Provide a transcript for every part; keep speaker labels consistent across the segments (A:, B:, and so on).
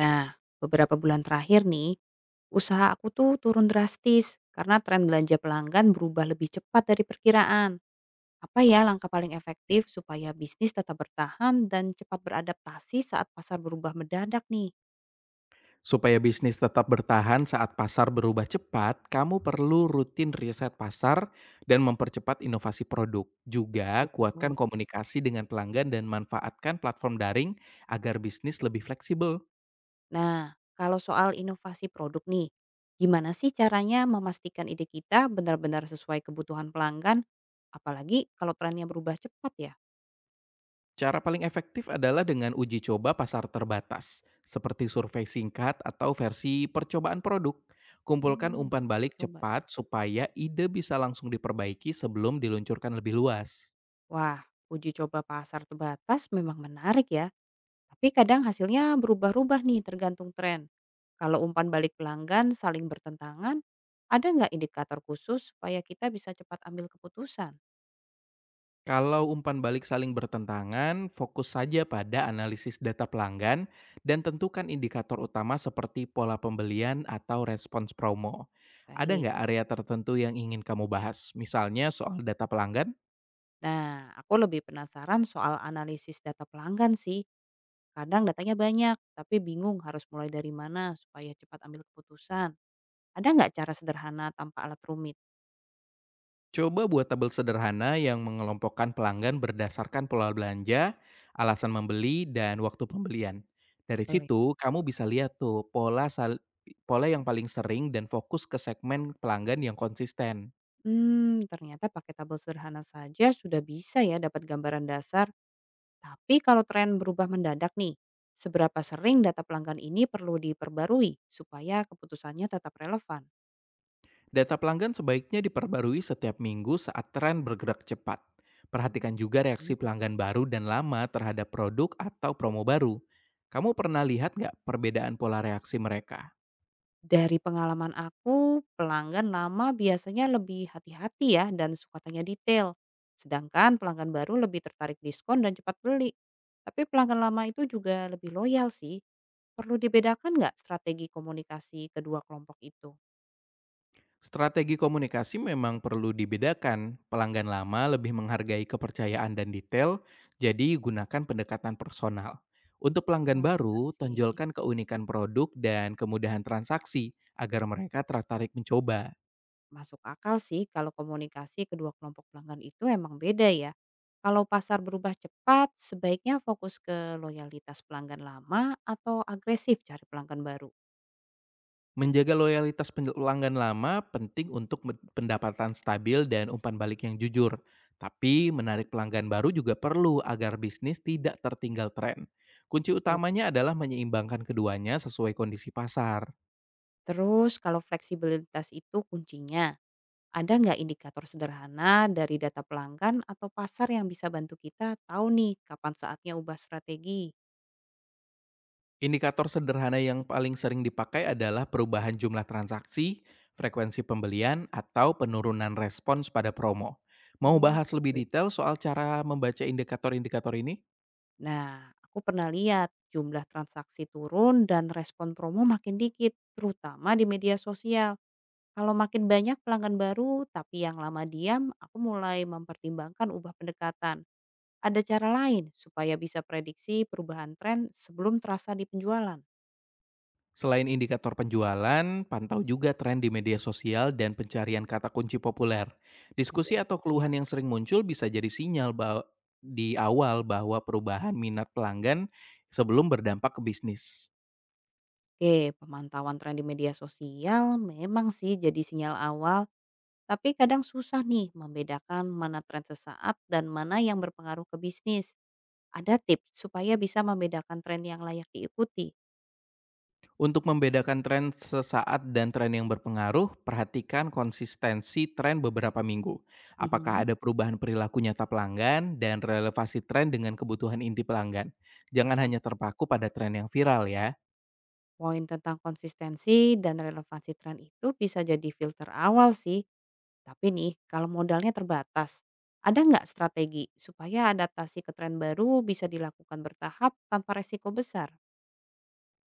A: Nah, beberapa bulan terakhir nih, usaha aku tuh turun drastis karena tren belanja pelanggan berubah lebih cepat dari perkiraan. Apa ya langkah paling efektif supaya bisnis tetap bertahan dan cepat beradaptasi saat pasar berubah mendadak nih?
B: Supaya bisnis tetap bertahan saat pasar berubah cepat, kamu perlu rutin riset pasar dan mempercepat inovasi produk. Juga
A: Gitu.
B: kuatkan komunikasi dengan pelanggan dan manfaatkan platform daring agar bisnis lebih fleksibel.
A: Nah, kalau soal inovasi produk nih, gimana sih caranya memastikan ide kita benar-benar sesuai kebutuhan pelanggan? Apalagi kalau trennya berubah cepat ya.
B: Cara paling efektif adalah dengan uji coba pasar terbatas, seperti survei singkat atau versi percobaan produk.
A: Oh,
B: Kumpulkan
A: coba.
B: umpan balik cepat supaya ide bisa langsung diperbaiki sebelum diluncurkan lebih luas.
A: Wah, uji coba pasar terbatas memang menarik ya. Tapi kadang hasilnya berubah-ubah nih tergantung tren. Kalau umpan balik pelanggan saling bertentangan, ada nggak indikator khusus supaya kita bisa cepat ambil keputusan?
B: Kalau umpan balik saling bertentangan, fokus saja pada analisis data pelanggan dan tentukan indikator utama seperti pola pembelian atau respons promo. Ada
A: Baik.
B: nggak area tertentu yang ingin kamu bahas? Misalnya soal data pelanggan?
A: Nah, aku lebih penasaran soal analisis data pelanggan sih. Kadang datanya banyak, tapi bingung harus mulai dari mana supaya cepat ambil keputusan. Ada nggak cara sederhana tanpa alat rumit?
B: Coba buat tabel sederhana yang mengelompokkan pelanggan berdasarkan pola belanja, alasan membeli, dan waktu pembelian. Dari
A: Boleh.
B: situ, kamu bisa lihat tuh pola yang paling sering dan fokus ke segmen pelanggan yang konsisten.
A: Hmm, ternyata pakai tabel sederhana saja sudah bisa ya dapat gambaran dasar. Tapi kalau tren berubah mendadak nih, seberapa sering data pelanggan ini perlu diperbarui supaya keputusannya tetap relevan?
B: Data pelanggan sebaiknya diperbarui setiap minggu saat tren bergerak cepat. Perhatikan
A: Hmm,
B: juga reaksi
A: ya.
B: pelanggan baru dan lama terhadap produk atau promo baru. Kamu pernah lihat nggak perbedaan pola reaksi mereka?
A: Dari pengalaman aku, pelanggan lama biasanya lebih hati-hati ya dan suka tanya detail. Sedangkan pelanggan baru lebih tertarik diskon dan cepat beli. Tapi pelanggan lama itu juga lebih loyal sih. Perlu dibedakan nggak strategi komunikasi kedua kelompok itu?
B: Strategi komunikasi memang perlu dibedakan. Pelanggan lama lebih menghargai kepercayaan dan detail, jadi gunakan pendekatan personal. Untuk
A: Ah,
B: pelanggan
A: benar
B: baru,
A: sih.
B: tonjolkan keunikan produk dan kemudahan transaksi agar mereka tertarik mencoba.
A: Masuk akal sih kalau komunikasi kedua kelompok pelanggan itu emang beda ya. Kalau pasar berubah cepat, sebaiknya fokus ke loyalitas pelanggan lama atau agresif cari pelanggan baru.
B: Menjaga loyalitas pelanggan lama penting untuk pendapatan stabil dan umpan balik yang jujur. Tapi menarik pelanggan baru juga perlu agar bisnis tidak tertinggal tren. Kunci utamanya adalah menyeimbangkan keduanya sesuai kondisi pasar.
A: Terus kalau fleksibilitas itu kuncinya, ada nggak indikator sederhana dari data pelanggan atau pasar yang bisa bantu kita tahu nih kapan saatnya ubah strategi?
B: Indikator sederhana yang paling sering dipakai adalah perubahan jumlah transaksi, frekuensi pembelian, atau penurunan respons pada promo. Mau
A: Oh,
B: bahas
A: gitu
B: lebih
A: ya.
B: detail soal cara membaca indikator-indikator ini?
A: Nah, aku pernah lihat jumlah transaksi turun dan respon promo makin dikit, terutama di media sosial. Kalau makin banyak pelanggan baru, tapi yang lama diam, aku mulai mempertimbangkan ubah pendekatan. Ada cara lain supaya bisa prediksi perubahan tren sebelum terasa di penjualan.
B: Selain indikator penjualan, pantau juga tren di media sosial dan pencarian kata kunci populer. Diskusi
A: Media
B: atau
A: sosial.
B: keluhan yang sering muncul bisa jadi sinyal di awal bahwa perubahan minat pelanggan sebelum berdampak ke bisnis.
A: Oke, pemantauan tren di media sosial memang sih jadi sinyal awal, tapi kadang susah nih membedakan mana tren sesaat dan mana yang berpengaruh ke bisnis. Ada tips supaya bisa membedakan tren yang layak diikuti.
B: Untuk membedakan tren sesaat dan tren yang berpengaruh, perhatikan konsistensi tren beberapa minggu. Apakah
A: Mhm,
B: ada perubahan perilaku nyata pelanggan dan relevansi tren dengan kebutuhan inti pelanggan. Jangan
A: paham.
B: hanya terpaku pada tren yang viral ya.
A: Poin tentang konsistensi dan relevansi tren itu bisa jadi filter awal sih. Tapi nih, kalau modalnya terbatas, ada nggak strategi supaya adaptasi ke tren baru bisa dilakukan bertahap tanpa resiko besar?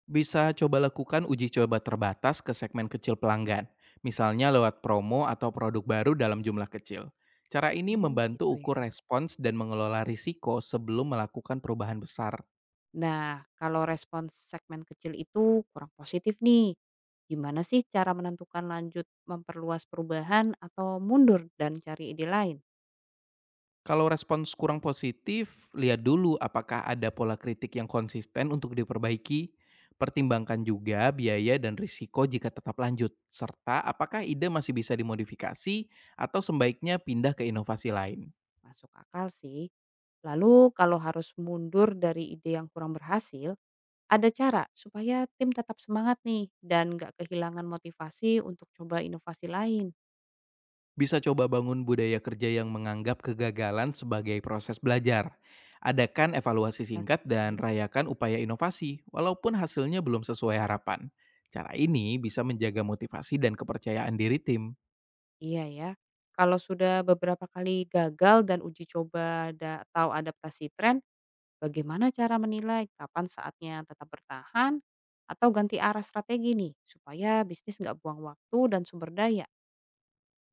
B: Bisa coba lakukan uji coba terbatas ke segmen kecil pelanggan, misalnya lewat promo atau produk baru dalam jumlah kecil. Cara ini
A: Oh,
B: membantu
A: gitu
B: ukur
A: ya.
B: respons dan mengelola risiko sebelum melakukan perubahan besar.
A: Nah, kalau respons segmen kecil itu kurang positif nih, gimana sih cara menentukan lanjut memperluas perubahan atau mundur dan cari ide lain?
B: Kalau respons kurang positif, lihat dulu apakah ada pola kritik yang konsisten untuk diperbaiki. Pertimbangkan juga biaya dan risiko jika tetap lanjut, serta apakah ide masih bisa dimodifikasi atau sebaiknya pindah ke inovasi lain.
A: Masuk akal sih. Lalu kalau harus mundur dari ide yang kurang berhasil, ada cara supaya tim tetap semangat nih dan nggak kehilangan motivasi untuk coba inovasi lain?
B: Bisa coba bangun budaya kerja yang menganggap kegagalan sebagai proses belajar. Adakan evaluasi
A: Bener
B: singkat dan
A: sih.
B: rayakan upaya inovasi, walaupun hasilnya belum sesuai harapan. Cara ini bisa menjaga motivasi dan kepercayaan diri tim.
A: Iya ya. Kalau sudah beberapa kali gagal dan uji coba atau adaptasi tren, bagaimana cara menilai kapan saatnya tetap bertahan atau ganti arah strategi nih supaya bisnis nggak buang waktu dan sumber daya?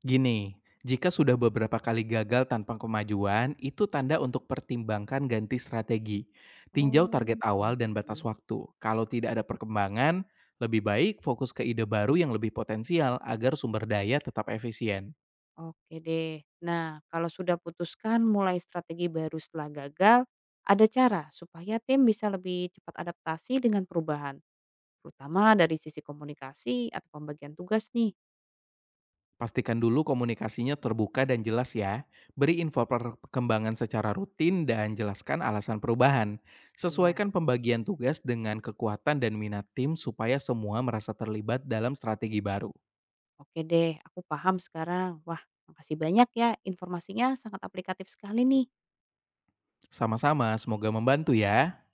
B: Gini, jika sudah beberapa kali gagal tanpa kemajuan, itu tanda untuk pertimbangkan ganti strategi. Tinjau
A: Oh,
B: target
A: iya
B: awal dan
A: sih.
B: batas waktu. Kalau tidak ada perkembangan, lebih baik fokus ke ide baru yang lebih potensial agar sumber daya tetap efisien.
A: Oke deh. Nah, kalau sudah putuskan mulai strategi baru setelah gagal, ada cara supaya tim bisa lebih cepat adaptasi dengan perubahan, terutama dari sisi komunikasi atau pembagian tugas nih.
B: Pastikan dulu komunikasinya terbuka dan jelas ya. Beri info perkembangan secara rutin dan jelaskan alasan perubahan.
A: Iya,
B: Sesuaikan pembagian tugas dengan kekuatan dan minat tim supaya semua merasa terlibat dalam strategi baru.
A: oke deh. Aku paham sekarang. Wah, makasih banyak ya. Informasinya sangat aplikatif sekali nih.
B: Sama-sama, semoga membantu ya.